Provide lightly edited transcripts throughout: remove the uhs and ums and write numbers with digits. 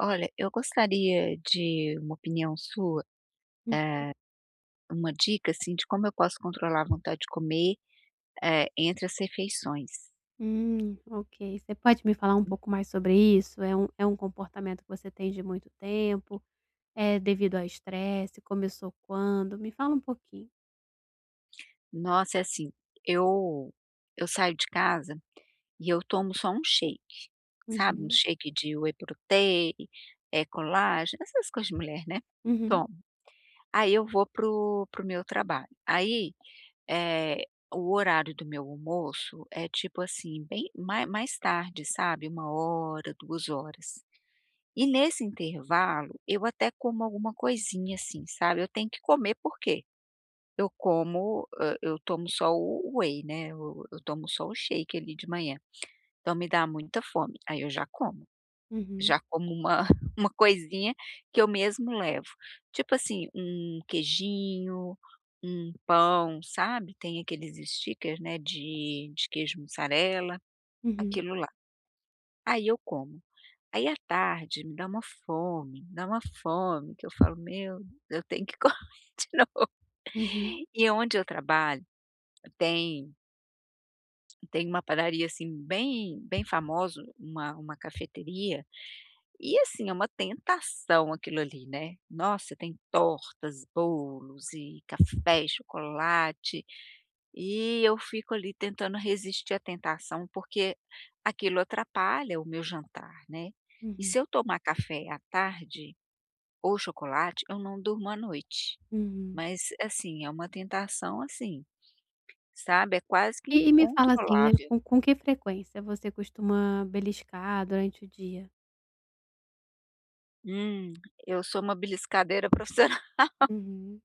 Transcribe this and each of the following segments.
Olha, eu gostaria de uma opinião sua, uma dica, assim, de como eu posso controlar a vontade de comer, entre as refeições. Ok. Você pode me falar um pouco mais sobre isso? É um comportamento que você tem de muito tempo? É devido ao estresse? Começou quando? Me fala um pouquinho. Nossa, é assim, eu eu saio de casa e eu tomo só um shake, sabe, um Uhum, shake de whey protein, colágeno, essas coisas de mulher, né. uhum, Tomo. Aí eu vou pro meu trabalho. Aí, eh, o horário do meu almoço é tipo assim, bem mais tarde, sabe, uma hora, duas horas. E nesse intervalo, eu até como alguma coisinha assim, sabe, eu tenho que comer porque eu tomo só o whey, né, eu tomo só o shake ali de manhã, então me dá muita fome, aí eu uhum, já como uma uma coisinha que eu mesmo levo, tipo assim, um queijinho, um pão, sabe, tem aqueles stickers, né, de queijo mussarela, uhum, aquilo lá, aí eu como. Aí à tarde me dá uma fome, me dá uma fome que eu falo: "Meu, eu tenho que comer de novo". uhum, E onde eu trabalho tem tem uma padaria, assim, bem bem famosa, uma cafeteria, e assim, é uma tentação aquilo ali, né. Nossa, tem tortas, bolos e café, chocolate, e eu fico ali tentando resistir à tentação, porque aquilo atrapalha o meu jantar, né. E uhum, se eu tomar café à tarde ou chocolate, eu não durmo à noite. uhum. Mas, assim, é uma tentação, assim, sabe, é quase que E me fala assim, né, incontrolável. com que frequência você costuma beliscar durante o dia? Hum, eu sou uma beliscadeira profissional. Uhum,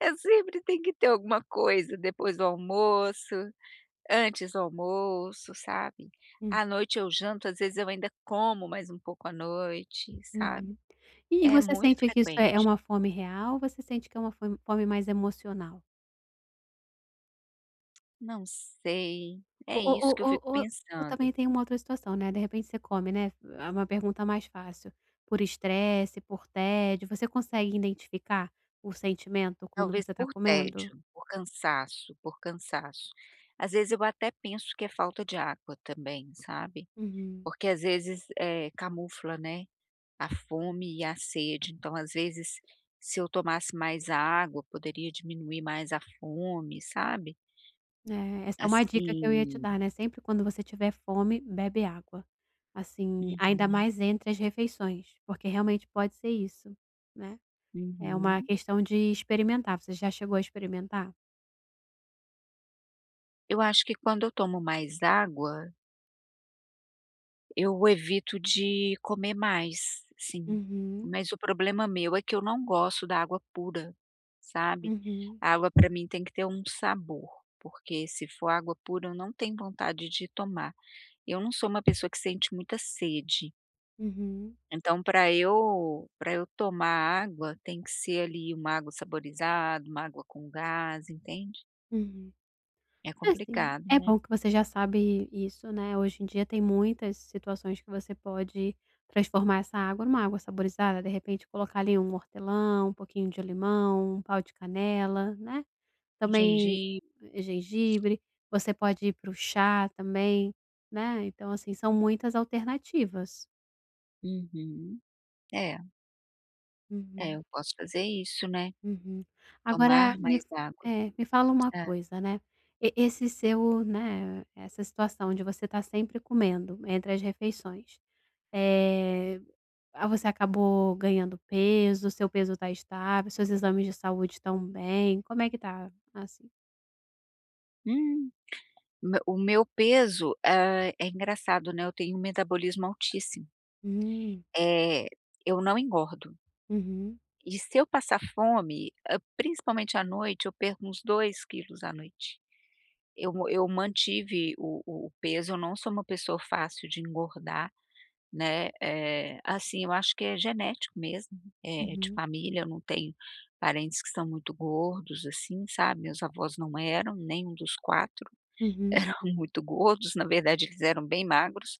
Eu sempre tem que ter alguma coisa depois do almoço, antes do almoço, sabe. hum, À noite eu janto, às vezes eu ainda como mais um pouco à noite, sabe. uhum. E É você muito sente que isso é frequente. uma fome real ou você sente que é uma fome mais emocional? Não sei, é Ou ou ou isso que eu ou fico ou ou pensando. também tem uma outra situação, né, de repente você come, né, é uma pergunta mais fácil, por estresse, por tédio, você consegue identificar o sentimento quando Talvez você tá por comendo? tédio, por cansaço, por cansaço. Às vezes eu até penso que é falta de água também, sabe. Uhum. Porque às vezes, camufla, né, a fome e a sede, então às vezes se eu tomasse mais água poderia diminuir mais a fome, sabe. É, essa é uma dica que eu ia te Assim. dar, né, sempre quando você tiver fome, bebe água. Assim, ainda Uhum, mais entre as refeições, porque realmente pode ser isso, né. É uma uhum. questão de experimentar, você já chegou a experimentar? Eu acho que quando eu tomo mais água, eu evito de comer mais, sim. Uhum, Mas o problema meu é que eu não gosto da água pura, sabe. uhum, A água para mim tem que ter um sabor, porque se for água pura eu não tenho vontade de tomar. Eu não sou uma pessoa que sente muita sede, uhum, então para eu tomar água tem que ser ali uma água saborizada, uma água com gás, entende. uhum. É É, assim, complicado, é né. bom que você já sabe isso, né, hoje em dia tem muitas situações que você pode transformar essa água numa água saborizada, de repente colocar ali um hortelã, um pouquinho de limão, um pau de canela, né, também Gengibre. Gengibre, você pode ir para o chá também, né, então assim, são muitas alternativas. Uhum. É, é, Uhum. eu posso fazer isso, né, Uhum. Agora tomar me mais f água. Me fala uma É. coisa, né, e esse seu, né, essa situação de você estar sempre comendo entre as refeições, é ah, você acabou ganhando peso, seu peso está estável, seus exames de saúde estão bem, como é que tá, assim? Hum. Me o meu peso, é engraçado, né, eu tenho um metabolismo altíssimo. Hum, Eh, eu não engordo. uhum, E se eu passar fome, principalmente à noite, eu perco uns 2 quilos à noite. Eu mantive o peso, eu não sou uma pessoa fácil de engordar, né, assim, eu acho que é genético mesmo, de uhum, família, eu não tenho parentes que são muito gordos, assim, sabe, meus avós não eram, nenhum dos 4. uhum, Eram muito gordos, na verdade eles eram bem magros,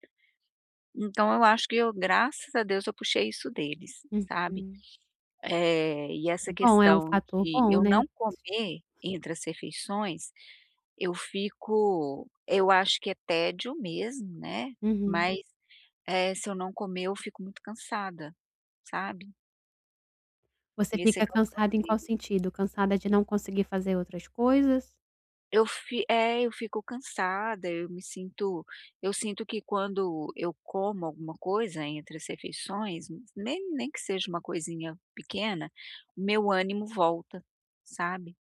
então eu acho que eu graças a Deus eu puxei isso deles, sabe. uhum. E É essa bom, é um questão fator de bom, eu né, não positivo. comer entre as refeições, eu acho que é tédio mesmo, né, Uhum. mas, se eu não comer eu fico muito cansada, sabe. Você Esse é fica que é o cansada em qual problema. sentido? Cansada de não conseguir fazer outras coisas? Eu fico cansada, eu sinto que quando eu como alguma coisa entre as refeições, nem que seja uma coisinha pequena, o meu ânimo volta, sabe.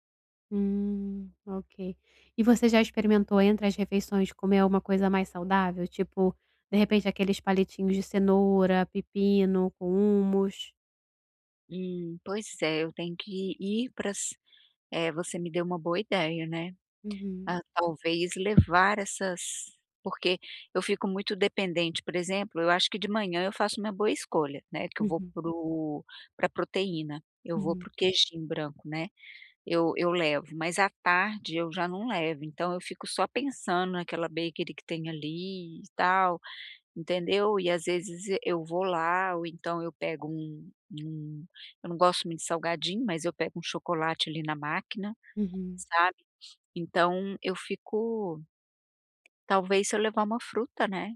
Ok. E você já experimentou entre as refeições comer alguma coisa mais saudável? Tipo, de repente aqueles palitinhos de cenoura, pepino com hummus? Pois é, eu tenho que ir para as. Você me deu uma boa ideia, né. Uhum, Ah, talvez levar essas. Porque eu fico muito dependente, por exemplo, eu acho que de manhã eu faço uma boa escolha, né, que eu vou uhum, para a proteína, eu vou uhum, para o queijinho branco, né. Eu levo, mas à tarde eu já não levo, então eu fico só pensando naquela bakery que tem ali e tal, entendeu. E às vezes eu vou lá ou então eu pego um, eu não gosto muito de salgadinho, mas eu pego um chocolate ali na máquina, uhum. sabe. Então eu fico, talvez se eu levar uma fruta, né,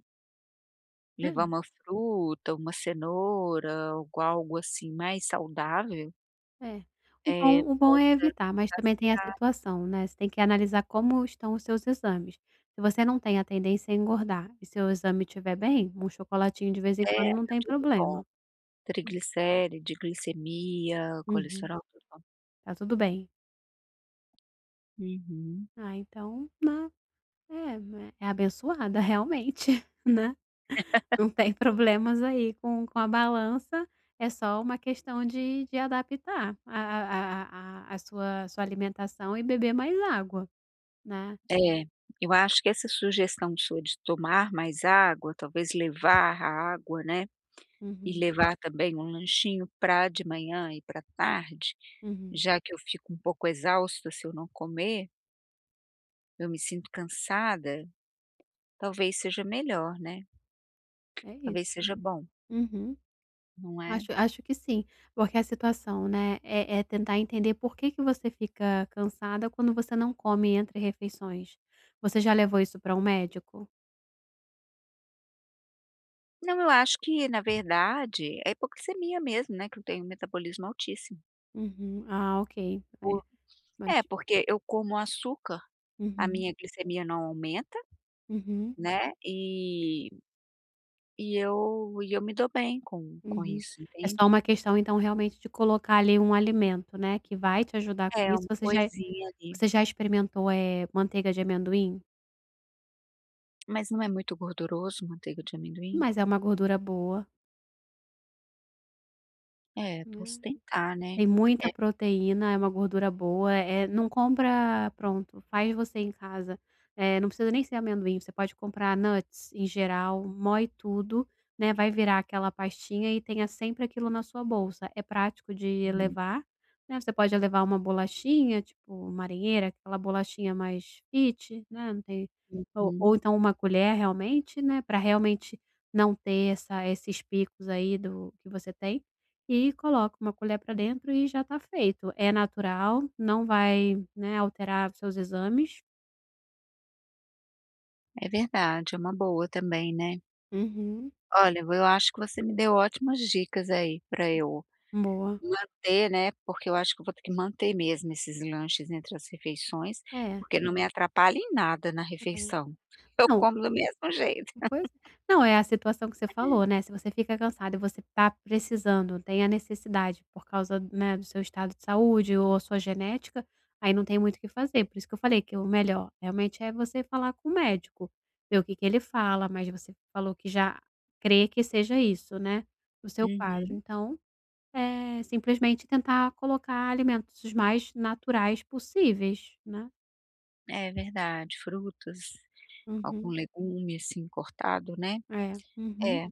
levar uma fruta, uma cenoura, algo assim mais saudável, É, é. O bom o bom é possa evitar, mas também tem a saciar. situação, né, você tem que analisar como estão os seus exames. Se você não tem a tendência a engordar e seu exame estiver bem, um chocolatinho de vez em quando É, não tá tem tudo bom. problema. Hum, Triglicéride, glicemia, uhum. colesterol, total. Tá tudo bem. Uhum. Ah, então, né. É, ma é abençoada realmente, né. Não tem problemas aí com a balança, é só uma questão de adaptar a sua alimentação e beber mais água, né. É, eu acho que essa sugestão sua de tomar mais água, talvez levar a água, né, e Uhum, levar também um lanchinho para de manhã e para tarde, uhum. já que eu fico um pouco exausta se eu não comer, eu me sinto cansada, talvez seja melhor, né, É talvez isso. seja bom, Uhum. não é? Acho que sim, porque a situação, né, é tentar entender por que que você fica cansada quando você não come entre refeições. Você já levou isso para um médico? Não, eu acho que na verdade é hipoglicemia mesmo, né, que eu tenho um metabolismo altíssimo. Uhum. Ah, ok. É, mas. É, porque eu como açúcar, a Uhum, minha glicemia não aumenta, uhum. né, e eu me dou bem com Uhum. isso, É só entende. uma questão então realmente de colocar ali um alimento, né, que vai te ajudar com É, isso. uma coisinha ali. Você já experimentou, manteiga de amendoim? Mas não é muito gorduroso manteiga de amendoim? Mas é uma gordura boa, É, né. posso tentar, né. Tem muita É, proteína, é uma gordura boa, é não compra pronto, faz você em casa. Não precisa nem ser amendoim, você pode comprar nuts em geral, moe tudo, né, vai virar aquela pastinha e tenha sempre aquilo na sua bolsa. É prático de uhum, levar, né, você pode levar uma bolachinha, tipo marinheira, aquela bolachinha mais fit, né, não tem, ou uhum. então uma colher realmente, né, para realmente não ter essa esses picos aí do que você tem. E coloca uma colher para dentro e já tá feito. É natural, não vai, né, alterar os seus exames. É verdade, é uma boa também, né. Uhum. Olha, eu acho que você me deu ótimas dicas aí pra eu Boa. manter, né, porque eu acho que eu vou ter que manter mesmo esses lanches entre as refeições, É. porque não me atrapalha em nada na É. refeição. Eu Não, como do mesmo jeito. pois não, é a situação que você falou, né, se você fica cansado e você tá precisando, tem a necessidade por causa, né, do seu estado de saúde ou a sua genética, aí não tem muito o que fazer. Por isso que eu falei que o melhor realmente é você falar com o médico, ver o que que ele fala, mas você falou que já crê que seja isso, né, o seu quadro, Uhum. então. É, simplesmente tentar colocar alimentos os mais naturais possíveis, né. É verdade, frutas, algum Uhum. legume, assim, cortado, né. É. Uhum. É.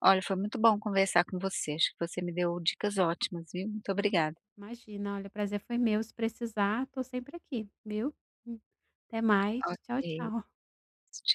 Olha, foi muito bom conversar com você. Acho que você me deu dicas ótimas, viu. Muito Ah, obrigada. imagina, olha, o prazer foi meu, se precisar, tô sempre aqui, viu. Hum. Até mais, tchau, Ok. tchau. Tchau.